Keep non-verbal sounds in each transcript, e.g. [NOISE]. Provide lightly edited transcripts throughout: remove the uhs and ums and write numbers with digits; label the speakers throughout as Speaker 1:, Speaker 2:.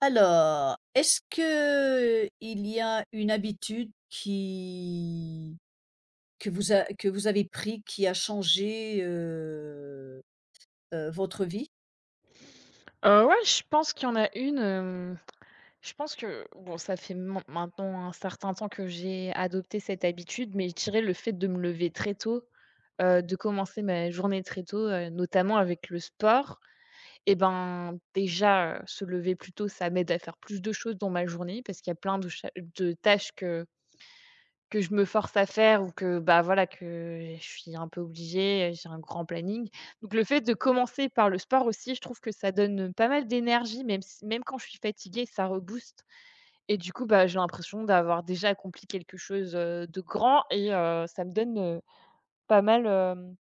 Speaker 1: Alors, est-ce que il y a une habitude qui que vous a que vous avez pris qui a changé, votre vie?
Speaker 2: Ouais, je pense qu'il y en a une, je pense que bon, ça fait man maintenant un certain temps que j'ai adopté cette habitude, mais je dirais le fait de me lever très tôt, de commencer ma journée très tôt, notamment avec le sport et ben, déjà, se lever plus tôt, ça m'aide à faire plus de choses dans ma journée parce qu'il y a plein de cha de tâches que je me force à faire ou que, bah, voilà, que je suis un peu obligée, j'ai un grand planning. Donc le fait de commencer par le sport aussi, je trouve que ça donne pas mal d'énergie, même s même quand je suis fatiguée, ça rebooste et du coup, bah, j'ai l'impression d'avoir déjà accompli quelque chose, de grand et ça me donne, pas mal, hem,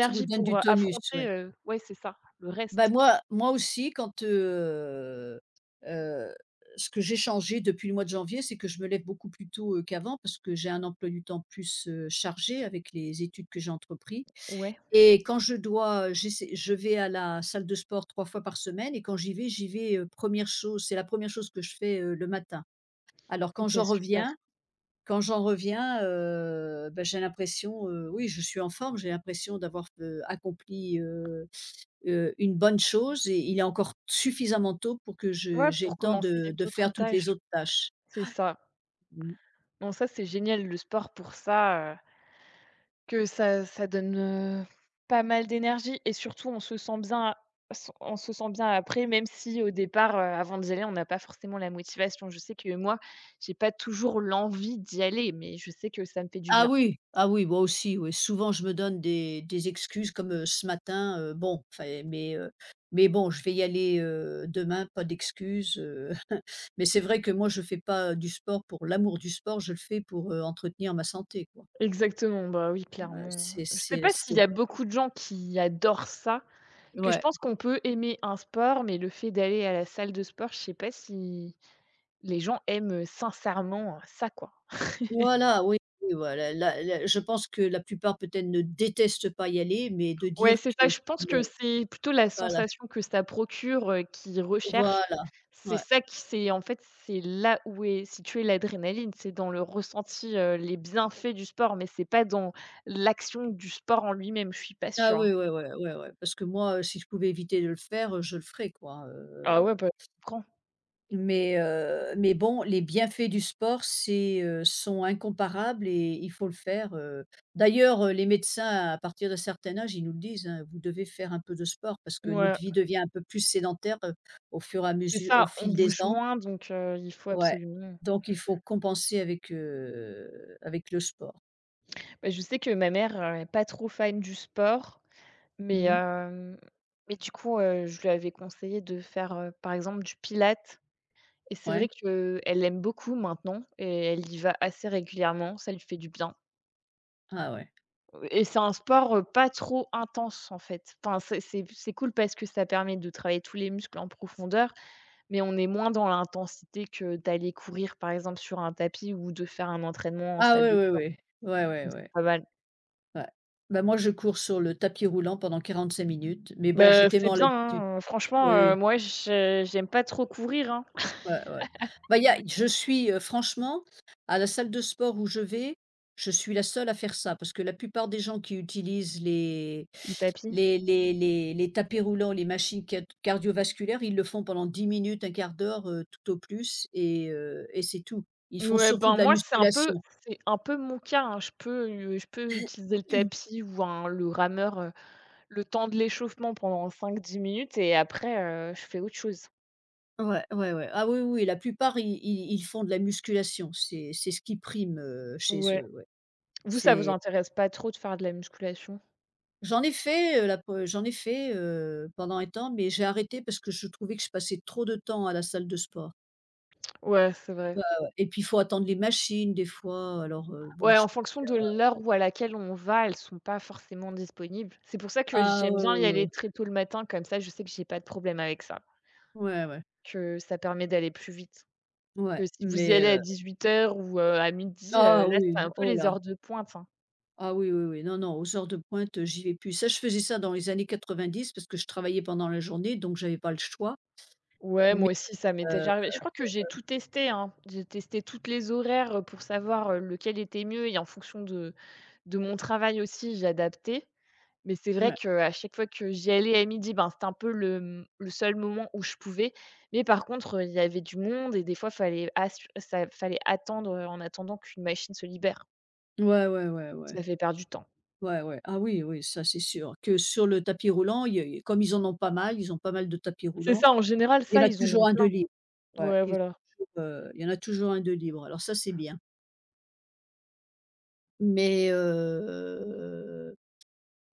Speaker 1: Ça vous donne
Speaker 2: pour,
Speaker 1: du tonus,
Speaker 2: affronter,
Speaker 1: ouais.
Speaker 2: ouais, c'est ça, le
Speaker 1: Bah,
Speaker 2: reste.
Speaker 1: moi aussi quand, heu, ce que j'ai changé depuis le mois de janvier, c'est que je me lève beaucoup plus tôt, qu'avant parce que j'ai un emploi du temps plus, chargé avec les études que j'ai entrepris
Speaker 2: Ouais.
Speaker 1: et j'essaie je vais à la salle de sport 3 fois par semaine et quand j'y vais, 1 chose c'est la première chose que je fais, le matin. Alors quand
Speaker 2: OK,
Speaker 1: j'en
Speaker 2: super.
Speaker 1: reviens quand j'en reviens, bah, j'ai l'impression, oui, je suis en forme, j'ai l'impression d'avoir, accompli, une bonne chose et il est encore suffisamment tôt pour que je
Speaker 2: Ouais,
Speaker 1: j'ai
Speaker 2: pour
Speaker 1: le temps
Speaker 2: commencer
Speaker 1: de
Speaker 2: d'autres
Speaker 1: faire toutes les
Speaker 2: tâches.
Speaker 1: autres tâches.
Speaker 2: C'est ça.
Speaker 1: Mmh.
Speaker 2: Non, ça, c'est génial le sport pour ça. Que ça donne pas mal d'énergie et surtout on se sent bien a- s on se sent bien après, même si au départ, avant d'y aller, on n'a pas forcément la motivation. Je sais que moi, j'ai pas toujours l'envie d'y aller, mais je sais que ça me fait du
Speaker 1: Ah
Speaker 2: bien.
Speaker 1: oui, ah oui, moi aussi, oui, souvent je me donne des excuses comme, ce matin, bon, enfin, mais bon, je vais y aller, demain, pas d'excuses, [LAUGHS] mais c'est vrai que moi je fais pas du sport pour l'amour du sport, je le fais pour, entretenir ma santé quoi.
Speaker 2: Exactement, bah, oui, clairement. Je sais pas s'il
Speaker 1: C'est
Speaker 2: y a beaucoup de gens qui adorent ça, que je
Speaker 1: ouais.
Speaker 2: pense qu'on peut aimer un sport, mais le fait d'aller à la salle de sport, je sais pas si les gens aiment, sincèrement, ça, quoi.
Speaker 1: Voilà, oui, oui, voilà, la la je pense que la plupart peut-être ne détestent pas y aller, mais de
Speaker 2: Ouais,
Speaker 1: dire
Speaker 2: c'est
Speaker 1: que
Speaker 2: ça. Je pense que c'est plutôt la
Speaker 1: voilà,
Speaker 2: sensation que ça procure, qu'ils recherchent.
Speaker 1: voilà,
Speaker 2: C'est
Speaker 1: ouais.
Speaker 2: ça qui c'est en fait, c'est là où est située l'adrénaline, c'est dans le ressenti, les bienfaits du sport, mais c'est pas dans l'action du sport en lui-même, je suis pas
Speaker 1: Ah
Speaker 2: sûre, hein.
Speaker 1: oui, ouais, ouais, ouais, ouais, parce que moi, si je pouvais éviter de le faire, je le ferais quoi,
Speaker 2: Ah ouais, bah, je comprends.
Speaker 1: mais bon, les bienfaits du sport, sont incomparables et il faut le faire, D'ailleurs, les médecins à partir d'un certain âge, ils nous le disent, hein: «Vous devez faire un peu de sport» parce que
Speaker 2: Ouais,
Speaker 1: notre vie devient un peu plus sédentaire, au fur et à
Speaker 2: c'est
Speaker 1: mesure au
Speaker 2: ça, on
Speaker 1: fil des
Speaker 2: bouge
Speaker 1: ans.
Speaker 2: moins donc il faut
Speaker 1: Ouais,
Speaker 2: absolument.
Speaker 1: donc il faut compenser avec, avec le sport.
Speaker 2: Bah, je sais que ma mère, est pas trop fan du sport, mais
Speaker 1: Mmh.
Speaker 2: hem, mais du coup, je lui avais conseillé de faire, par exemple, du pilates. Et c'est
Speaker 1: Ouais.
Speaker 2: vrai qu'elle aime beaucoup maintenant et elle y va assez régulièrement, ça lui fait du bien.
Speaker 1: Ah ouais.
Speaker 2: Et c'est un sport, pas trop intense, en fait. Enfin, c'est cool parce que ça permet de travailler tous les muscles en profondeur, mais on est moins dans l'intensité que d'aller courir, par exemple, sur un tapis ou de faire un entraînement en
Speaker 1: Ah
Speaker 2: salle
Speaker 1: ouais,
Speaker 2: de
Speaker 1: ouais,
Speaker 2: sport,
Speaker 1: ouais. Ouais, ouais,
Speaker 2: donc c'est
Speaker 1: ouais.
Speaker 2: pas mal.
Speaker 1: Ouais. Bah, moi, je cours sur le tapis roulant pendant 45 minutes, mais bon,
Speaker 2: Bah,
Speaker 1: j'ai
Speaker 2: c'est
Speaker 1: tellement
Speaker 2: bien,
Speaker 1: l'habitude.
Speaker 2: hein, franchement,
Speaker 1: Oui.
Speaker 2: moi, je j'aime pas trop courir, hein,
Speaker 1: Ouais, ouais. Bah, il y a je suis, franchement, à la salle de sport où je vais, je suis la seule à faire ça parce que la plupart des gens qui utilisent
Speaker 2: les tapis.
Speaker 1: les tapis roulants, les machines cat cardiovasculaires, ils le font pendant 10 minutes, un quart d'heure, tout au plus et c'est tout. Ils font
Speaker 2: Ouais,
Speaker 1: surtout
Speaker 2: ben,
Speaker 1: de la
Speaker 2: moi, c'est un peu
Speaker 1: musculation.
Speaker 2: c'est un peu mon cas, hein. Je peux utiliser le
Speaker 1: Mm.
Speaker 2: tapis ou un le rameur, le temps de l'échauffement pendant 5-10 minutes et après, je fais autre chose.
Speaker 1: Ouais, ouais, ouais. Ah oui, oui, oui, la plupart, ils font de la musculation. C'est ce qui prime, chez
Speaker 2: Ouais.
Speaker 1: eux, ouais.
Speaker 2: Vous, ça vous
Speaker 1: C'est
Speaker 2: intéresse pas trop de faire de la musculation?
Speaker 1: J'en ai fait, pendant un temps, mais j'ai arrêté parce que je trouvais que je passais trop de temps à la salle de sport.
Speaker 2: Ouais, c'est vrai.
Speaker 1: Et puis, il faut attendre les machines des fois, alors, bon,
Speaker 2: Ouais,
Speaker 1: je
Speaker 2: en fonction de l'heure où à laquelle on va, elles sont pas forcément disponibles. C'est pour ça que
Speaker 1: ah
Speaker 2: j'aime
Speaker 1: ouais,
Speaker 2: bien y aller
Speaker 1: ouais,
Speaker 2: très tôt le matin, comme ça, je sais que j'ai pas de problème avec ça,
Speaker 1: ouais, ouais,
Speaker 2: que ça permet d'aller plus vite.
Speaker 1: ouais, ouais,
Speaker 2: Que si vous y
Speaker 1: mais,
Speaker 2: allez à 18h ou à midi,
Speaker 1: ah
Speaker 2: là,
Speaker 1: oui,
Speaker 2: c'est un peu
Speaker 1: oh
Speaker 2: les
Speaker 1: là,
Speaker 2: heures de pointe, hein.
Speaker 1: ah oui, oui, oui, non, non, aux heures de pointe, j'y vais plus. Ça, je faisais ça dans les années 90 parce que je travaillais pendant la journée, donc j'avais pas le choix,
Speaker 2: Ouais,
Speaker 1: mais,
Speaker 2: moi aussi, ça m'est
Speaker 1: heu,
Speaker 2: déjà arrivé. Je crois que j'ai tout testé, hein. J'ai testé toutes les horaires, pour savoir, lequel était mieux et en fonction de mon travail aussi, j'ai adapté. Mais c'est vrai
Speaker 1: ouais,
Speaker 2: qu'à chaque fois que j'y allais à midi, ben, c'était un peu le seul moment où je pouvais. Mais par contre, il y avait du monde et des fois, fallait assu ça fallait attendre, en attendant qu'une machine se libère.
Speaker 1: ouais, ouais, ouais, ouais,
Speaker 2: Ça fait perdre du temps.
Speaker 1: ouais, ouais, ah oui, oui, ça, c'est sûr que sur le tapis roulant, il y a comme ils en ont pas mal, ils ont pas mal de tapis
Speaker 2: C'est
Speaker 1: roulants.
Speaker 2: ça, en général,
Speaker 1: Il
Speaker 2: ça,
Speaker 1: y en a
Speaker 2: ils en ont
Speaker 1: toujours un de
Speaker 2: plein.
Speaker 1: libre. Ouais,
Speaker 2: Ouais,
Speaker 1: ils ont
Speaker 2: voilà.
Speaker 1: toujours, il y en a toujours un de libre, alors ça, c'est bien. Mais heu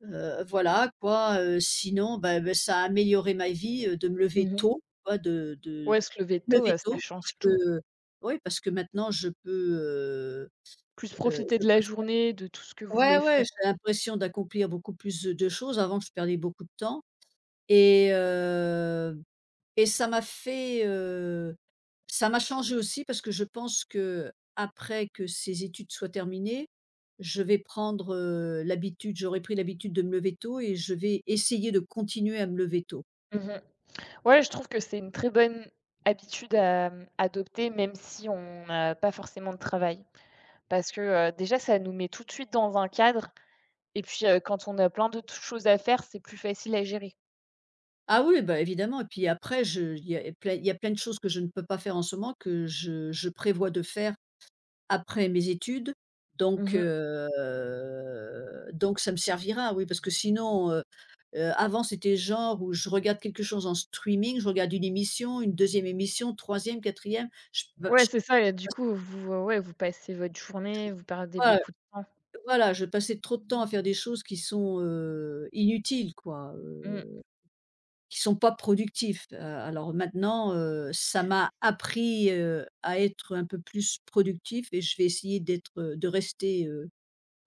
Speaker 1: voilà quoi, sinon, bah, ça a amélioré ma vie, de me
Speaker 2: Mmh
Speaker 1: lever
Speaker 2: mh.
Speaker 1: tôt, quoi, de
Speaker 2: Ouais, se lever
Speaker 1: me
Speaker 2: tôt,
Speaker 1: lever
Speaker 2: ça
Speaker 1: tôt parce
Speaker 2: change
Speaker 1: que
Speaker 2: tout.
Speaker 1: oui, parce que maintenant
Speaker 2: Plus profiter
Speaker 1: je
Speaker 2: de la
Speaker 1: peux faire
Speaker 2: journée, de tout ce que vous voulez
Speaker 1: ouais,
Speaker 2: f
Speaker 1: ouais, j'ai l'impression d'accomplir beaucoup plus, de choses. Avant, je perdais beaucoup de temps et heu et ça m'a fait, ça m'a changé aussi parce que je pense que après que ces études soient terminées, je vais prendre, l'habitude j'aurai pris l'habitude de me lever tôt et je vais essayer de continuer à me lever tôt.
Speaker 2: Mmh. Ouais, je trouve que c'est une très bonne habitude à adopter, même si on n'a pas forcément de travail. Parce que, déjà, ça nous met tout de suite dans un cadre et puis, quand on a plein de choses à faire, c'est plus facile à gérer.
Speaker 1: Ah oui, bah, évidemment et puis après je il y a plein de choses que je ne peux pas faire en ce moment que je prévois de faire après mes études, donc
Speaker 2: Mmh.
Speaker 1: heu, donc ça me servira, oui, parce que sinon, avant, c'était genre où je regarde quelque chose en streaming, je regarde une émission, une deuxième émission, troisième quatrième je pe
Speaker 2: Ouais,
Speaker 1: je
Speaker 2: c'est ça et du coup, vous, ouais, vous passez votre journée, vous perdez
Speaker 1: voi
Speaker 2: beaucoup de temps.
Speaker 1: voilà, je passais trop de temps à faire des choses qui sont, inutiles, quoi,
Speaker 2: Mmh.
Speaker 1: qui sont pas productifs. Alors maintenant, ça m'a appris, à être un peu plus productif et je vais essayer d'être, de rester,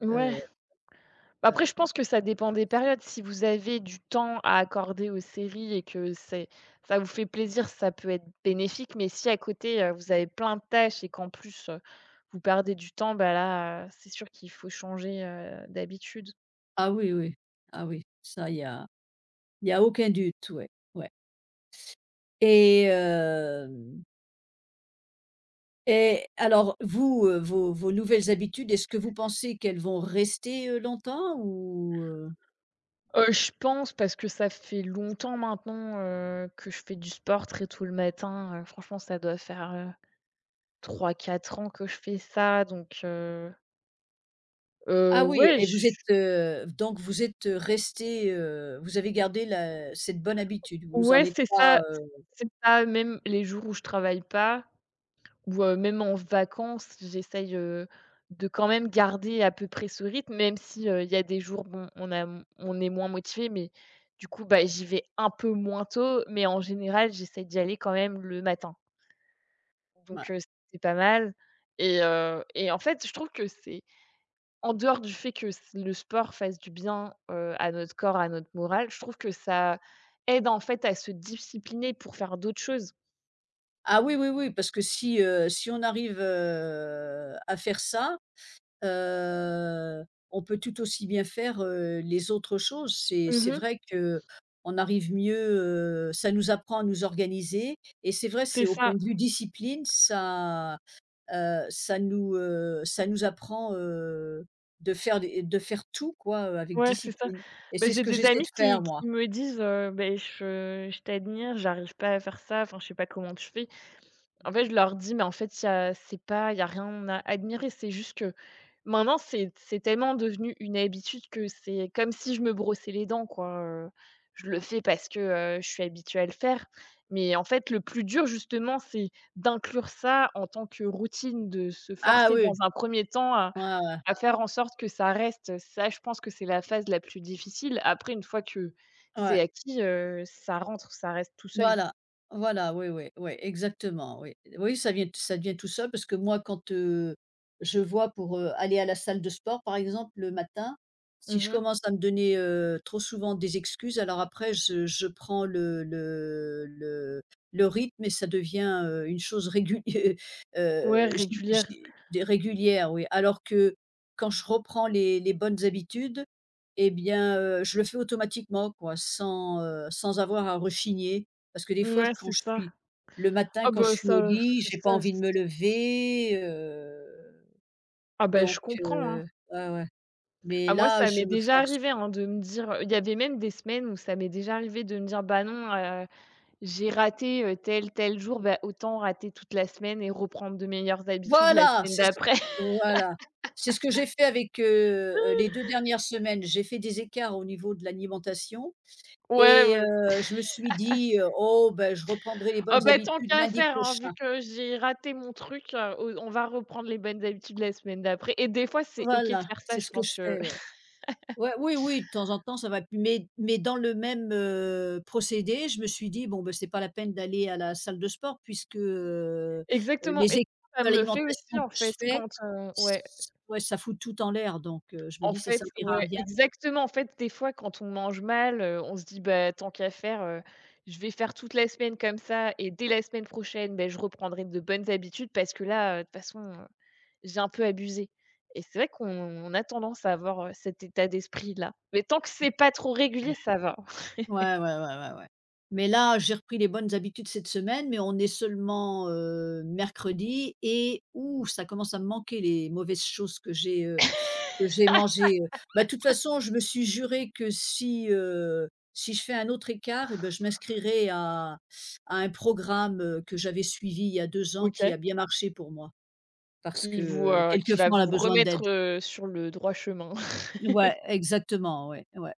Speaker 2: Ouais.
Speaker 1: heu
Speaker 2: Après, je pense que ça dépend des périodes. Si vous avez du temps à accorder aux séries et que c'est ça vous fait plaisir, ça peut être bénéfique. Mais si à côté, vous avez plein de tâches et qu'en plus, vous perdez du temps, bah, là, c'est sûr qu'il faut changer, d'habitude.
Speaker 1: ah oui, oui. Ah oui, ça, il y a y a aucun doute, ouais, ouais. Et hem et alors vous, vos nouvelles habitudes, est-ce que vous pensez qu'elles vont rester, longtemps ou, heu?
Speaker 2: Je pense parce que ça fait longtemps maintenant, que je fais du sport très tôt le matin. Franchement, ça doit faire, 3-4 ans que je fais ça donc
Speaker 1: Ah oui
Speaker 2: ouais,
Speaker 1: et vous êtes, donc vous êtes, restés, vous avez gardé la cette bonne habitude, vous en
Speaker 2: ouais,
Speaker 1: êtes
Speaker 2: c'est
Speaker 1: pas,
Speaker 2: ça, c'est ça. Même les jours où je travaille pas ou, même en vacances, j'essaye, de quand même garder à peu près ce rythme, même si, il y a des jours, bon, on a m on est moins motivé, mais du coup, bah, j'y vais un peu moins tôt, mais en général, j'essaye d'y aller quand même le matin.
Speaker 1: ouais.
Speaker 2: Donc, c'est pas mal et en fait, je trouve que c'est en dehors du fait que c le sport fasse du bien, à notre corps, à notre morale, je trouve que ça aide, en fait, à se discipliner pour faire d'autres choses.
Speaker 1: Ah oui, oui, oui, parce que si, si on arrive, à faire ça. Heu, on peut tout aussi bien faire, les autres choses. C'est
Speaker 2: Mmh.
Speaker 1: vrai que on arrive mieux, ça nous apprend à nous organiser et c'est vrai,
Speaker 2: C'est
Speaker 1: c'est au point
Speaker 2: ça.
Speaker 1: de vue discipline, ça, ça nous apprend, de faire des de faire tout quoi, avec
Speaker 2: Ouais, c'est ça.
Speaker 1: discipline et
Speaker 2: Beh,
Speaker 1: c'est ce
Speaker 2: j'ai
Speaker 1: que
Speaker 2: des
Speaker 1: j'essaie
Speaker 2: amis
Speaker 1: de faire
Speaker 2: qui
Speaker 1: moi.
Speaker 2: qui me disent, «Beh, je t'admire, j'arrive pas à faire ça, enfin, je sais pas comment tu fais». En fait, je leur dis: «Mais en fait, il y a rien à admirer, c'est juste que maintenant, c'est tellement devenu une habitude que c'est comme si je me brossais les dents, quoi, je le fais parce que, je suis habituée à le faire». Mais en fait, le plus dur justement, c'est d'inclure ça en tant que routine, de se
Speaker 1: Ah
Speaker 2: forcer dans
Speaker 1: oui,
Speaker 2: un premier temps à
Speaker 1: ouais, ouais,
Speaker 2: faire en sorte que ça reste. Ça, je pense que c'est la phase la plus difficile. Après, une fois que c'est
Speaker 1: ouais.
Speaker 2: acquis, ça rentre, ça reste tout seul.
Speaker 1: Voilà, voilà, oui, oui, oui, exactement, oui. Oui, ça vient tout seul parce que moi quand, je vois pour, aller à la salle de sport par exemple le matin, si je
Speaker 2: Mmh.
Speaker 1: commence à me donner, trop souvent des excuses, alors après je prends le rythme et ça devient, une chose régulière, [LAUGHS]
Speaker 2: Ouais,
Speaker 1: j'y
Speaker 2: régulière.
Speaker 1: j'y des régulière, oui. Alors que quand je reprends les bonnes habitudes et bien, je le fais automatiquement quoi, sans, sans avoir à rechigner. Parce que des fois,
Speaker 2: Ouais,
Speaker 1: quand
Speaker 2: c'est
Speaker 1: je
Speaker 2: ça.
Speaker 1: suis le
Speaker 2: Ah
Speaker 1: matin, quand je
Speaker 2: bah,
Speaker 1: suis au
Speaker 2: ça,
Speaker 1: lit, j'ai
Speaker 2: c'est
Speaker 1: pas
Speaker 2: ça c
Speaker 1: envie de me lever,
Speaker 2: ah bah, je
Speaker 1: donc
Speaker 2: comprends, hein.
Speaker 1: heu, ouais, ouais, mais
Speaker 2: Ah moi,
Speaker 1: là,
Speaker 2: ça m'est
Speaker 1: je me
Speaker 2: déjà
Speaker 1: force.
Speaker 2: arrivé, hein, de me dire il y avait même des semaines où ça m'est déjà arrivé de me dire: «Bah, non, j'ai raté, tel, tel jour, bah, autant rater toute la semaine et reprendre de meilleures habitudes la
Speaker 1: Voilà,
Speaker 2: semaine
Speaker 1: c'est ce
Speaker 2: d'après». [LAUGHS]
Speaker 1: voilà, c'est ce que j'ai fait avec, les 2 dernières semaines. J'ai fait des écarts au niveau de l'alimentation
Speaker 2: Ouais,
Speaker 1: et
Speaker 2: ouais.
Speaker 1: je me suis dit: «Oh, ben, je reprendrai les
Speaker 2: Ah
Speaker 1: bonnes
Speaker 2: bah, tant
Speaker 1: habitudes
Speaker 2: qu'à
Speaker 1: lundi
Speaker 2: faire, hein, vu
Speaker 1: prochain».
Speaker 2: que j'ai raté mon truc, au on va reprendre les bonnes habitudes la semaine d'après et des fois, c'est OK de
Speaker 1: Voilà,
Speaker 2: faire ça,
Speaker 1: c'est
Speaker 2: je
Speaker 1: ce que
Speaker 2: pense
Speaker 1: je
Speaker 2: que.
Speaker 1: fais, ouais.
Speaker 2: [LAUGHS]
Speaker 1: Ouais, oui, oui, de temps en temps, ça va plus mais dans le même, procédé, je me suis dit: «Bon, bah, c'est pas la peine d'aller à la salle de sport puisque,
Speaker 2: Exactement et
Speaker 1: les écarts
Speaker 2: ça
Speaker 1: de
Speaker 2: me le fait aussi,
Speaker 1: l'alimentation que
Speaker 2: en
Speaker 1: je
Speaker 2: fait,
Speaker 1: fais,
Speaker 2: quand, ouais.
Speaker 1: ç ouais, ça fout tout en l'air», je me
Speaker 2: En
Speaker 1: dis: «Ça
Speaker 2: fait,
Speaker 1: servira à
Speaker 2: ouais,
Speaker 1: rien».
Speaker 2: exactement. En fait, des fois, quand on mange mal, on se dit: «Bah, tant qu'à faire, je vais faire toute la semaine comme ça et dès la semaine prochaine, ben je reprendrai de bonnes habitudes parce que là, de toute façon, j'ai un peu abusé» et c'est vrai qu'on on a tendance à avoir, cet état d'esprit-là. Mais tant que c'est pas trop régulier, ça va.
Speaker 1: Ouais, ouais, ouais, ouais, ouais. Mais là, j'ai repris les bonnes habitudes cette semaine, mais on est seulement, mercredi et ouh, ça commence à me manquer les mauvaises choses que j'ai, que j'ai mangé, bah, de toute façon, je me suis juré que si, si je fais un autre écart et ben je m'inscrirai à un programme, que j'avais suivi il y a 2 ans
Speaker 2: OK.
Speaker 1: qui a bien marché pour moi. Parce que
Speaker 2: Qui va
Speaker 1: quelquefois on a
Speaker 2: vous
Speaker 1: besoin
Speaker 2: remettre,
Speaker 1: d'aide.
Speaker 2: sur le droit chemin. [LAUGHS]
Speaker 1: Ouais, exactement, ouais, ouais.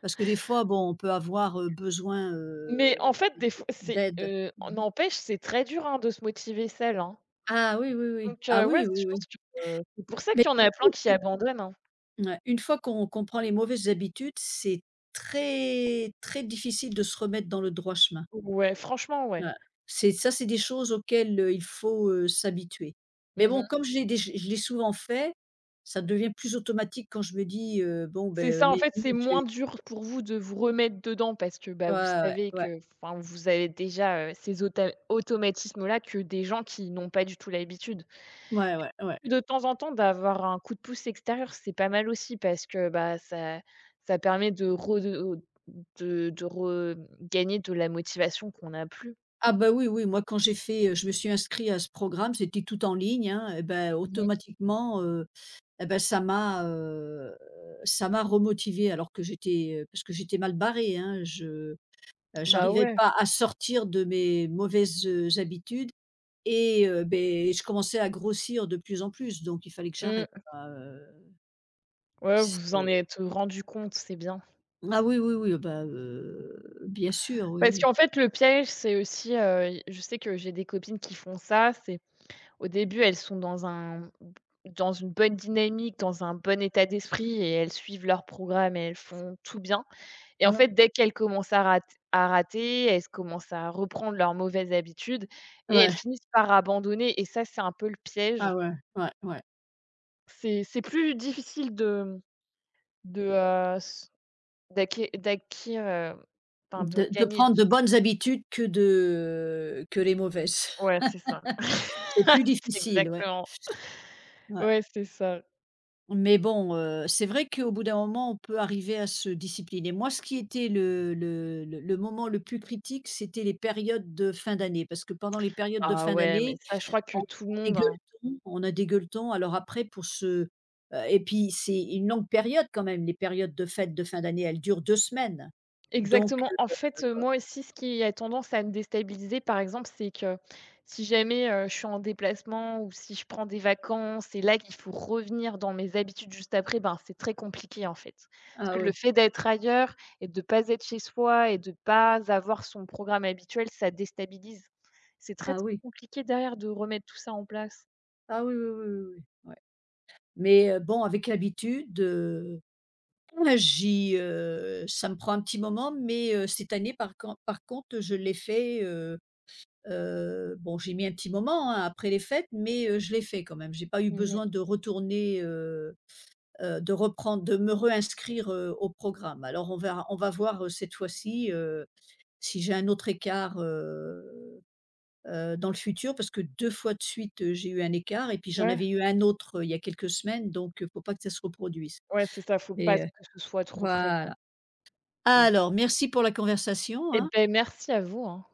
Speaker 1: Parce que des fois, bon, on peut avoir, besoin,
Speaker 2: Mais en fait, des fois,
Speaker 1: d'aide. Mmh.
Speaker 2: n'empêche, c'est très dur, hein, de se motiver seul, hein.
Speaker 1: Ah oui, oui, oui.
Speaker 2: Donc
Speaker 1: Ah
Speaker 2: ouais,
Speaker 1: oui,
Speaker 2: je
Speaker 1: oui,
Speaker 2: pense
Speaker 1: oui.
Speaker 2: que c'est pour ça
Speaker 1: Mais
Speaker 2: qu'il y en a plein
Speaker 1: si
Speaker 2: qui
Speaker 1: tu,
Speaker 2: abandonnent, hein.
Speaker 1: ouais, une fois qu'on prend les mauvaises habitudes, c'est très, très difficile de se remettre dans le droit chemin.
Speaker 2: Ouais, franchement, ouais.
Speaker 1: Voilà. C'est ça, c'est des choses auxquelles, il faut, s'habituer. Mais
Speaker 2: Mmh mh.
Speaker 1: bon, comme je l'ai souvent fait, ça devient plus automatique quand je me dis, «Bon,
Speaker 2: C'est ça, en
Speaker 1: lundi,
Speaker 2: fait, c'est
Speaker 1: je
Speaker 2: moins
Speaker 1: vais»
Speaker 2: dur pour vous de vous remettre dedans parce que, bah, vous
Speaker 1: ouais,
Speaker 2: savez
Speaker 1: ouais,
Speaker 2: que enfin, vous avez déjà, ces auta automatismes-là que des gens qui n'ont pas du tout l'habitude.
Speaker 1: ouais, ouais, ouais, ouais.
Speaker 2: De temps en temps, d'avoir un coup de pouce extérieur, c'est pas mal aussi parce que, bah, ça permet de regagner de la motivation qu'on n'a plus.
Speaker 1: Ah bah, oui, oui, moi je me suis inscrit à ce programme, c'était tout en ligne, hein, et ben
Speaker 2: Mmh mh.
Speaker 1: automatiquement, et ben ça m'a remotivée alors que j'étais, parce que j'étais mal barrée, hein. Je
Speaker 2: Bah,
Speaker 1: j'arrivais
Speaker 2: ouais.
Speaker 1: pas à sortir de mes mauvaises, habitudes et beh, je commençais à grossir de plus en plus, donc il fallait que j'arrête,
Speaker 2: Mmh.
Speaker 1: quoi,
Speaker 2: Ouais, vous en
Speaker 1: c'est
Speaker 2: êtes rendus compte, c'est bien.
Speaker 1: ah oui, oui, oui, bah, bien sûr, oui,
Speaker 2: Parce
Speaker 1: oui.
Speaker 2: qu'en fait, le piège, c'est aussi, i je sais que j'ai des copines qui font ça, c'est au début, elles sont dans une bonne dynamique, dans un bon état d'esprit et elles suivent leur programme et elles font tout bien et en
Speaker 1: Ouais.
Speaker 2: fait, dès qu'elles commencent à rater, elles commencent à reprendre leurs mauvaises habitudes et elles
Speaker 1: Ouais,
Speaker 2: finissent par abandonner et ça, c'est un peu le piège.
Speaker 1: ah ouais, ouais, ouais.
Speaker 2: C'est plus difficile de, mmh, de, s d'acqué d'acquérir, enfin de
Speaker 1: De
Speaker 2: gagner,
Speaker 1: prendre de bonnes habitudes que de que les mauvaises.
Speaker 2: ouais, c'est ça.
Speaker 1: C'est plus
Speaker 2: [LAUGHS] C'est
Speaker 1: difficile, ouais.
Speaker 2: exactement.
Speaker 1: Ouais.
Speaker 2: Ouais, c'est ça.
Speaker 1: Mais bon, c'est vrai qu'au bout d'un moment, on peut arriver à se discipliner. Moi, ce qui était le moment le plus critique, c'était les périodes de fin d'année, parce que pendant les périodes de
Speaker 2: Ah
Speaker 1: fin
Speaker 2: ouais, mais
Speaker 1: d'année,
Speaker 2: ça, je crois que
Speaker 1: on a
Speaker 2: tout le monde, hein.
Speaker 1: on a des gueuletons. Alors après pour se et puis c'est une longue période quand même, les périodes de fêtes de fin d'année, elles durent 2 semaines. Donc
Speaker 2: Exactement. En
Speaker 1: heu
Speaker 2: fait, moi aussi, ce qui a tendance à me déstabiliser, par exemple, c'est que si jamais, je suis en déplacement ou si je prends des vacances et là qu'il faut revenir dans mes habitudes juste après, ben, c'est très compliqué, en fait. Parce
Speaker 1: ah
Speaker 2: que le
Speaker 1: oui.
Speaker 2: fait d'être ailleurs et de pas être chez soi et de pas avoir son programme habituel, ça déstabilise. C'est très
Speaker 1: Ah oui,
Speaker 2: compliqué derrière de remettre tout ça en place.
Speaker 1: ah oui, oui, oui, oui, oui, ouais. Mais bon, avec l'habitude, euh, ah, ça me prend un petit moment, mais cette année, par contre, je l'ai fait, bon, j'ai mis un petit moment, hein, après les fêtes, mais je l'ai fait quand même. J'ai pas eu
Speaker 2: Mmh.
Speaker 1: besoin de retourner, de reprendre de me réinscrire, au programme. Alors on va voir, cette fois-ci, si j'ai un autre écart, dans le futur parce que 2 fois de suite, j'ai eu un écart et puis j'en
Speaker 2: Ouais,
Speaker 1: avais eu un autre, il y a quelques semaines, faut pas que ça se reproduise.
Speaker 2: ouais, c'est ça, faut pas
Speaker 1: Mais
Speaker 2: que
Speaker 1: heu,
Speaker 2: ce soit trop fréquent
Speaker 1: voilà.
Speaker 2: et c
Speaker 1: Alors, merci pour la conversation,
Speaker 2: eh
Speaker 1: hein.
Speaker 2: ben merci à vous, hein.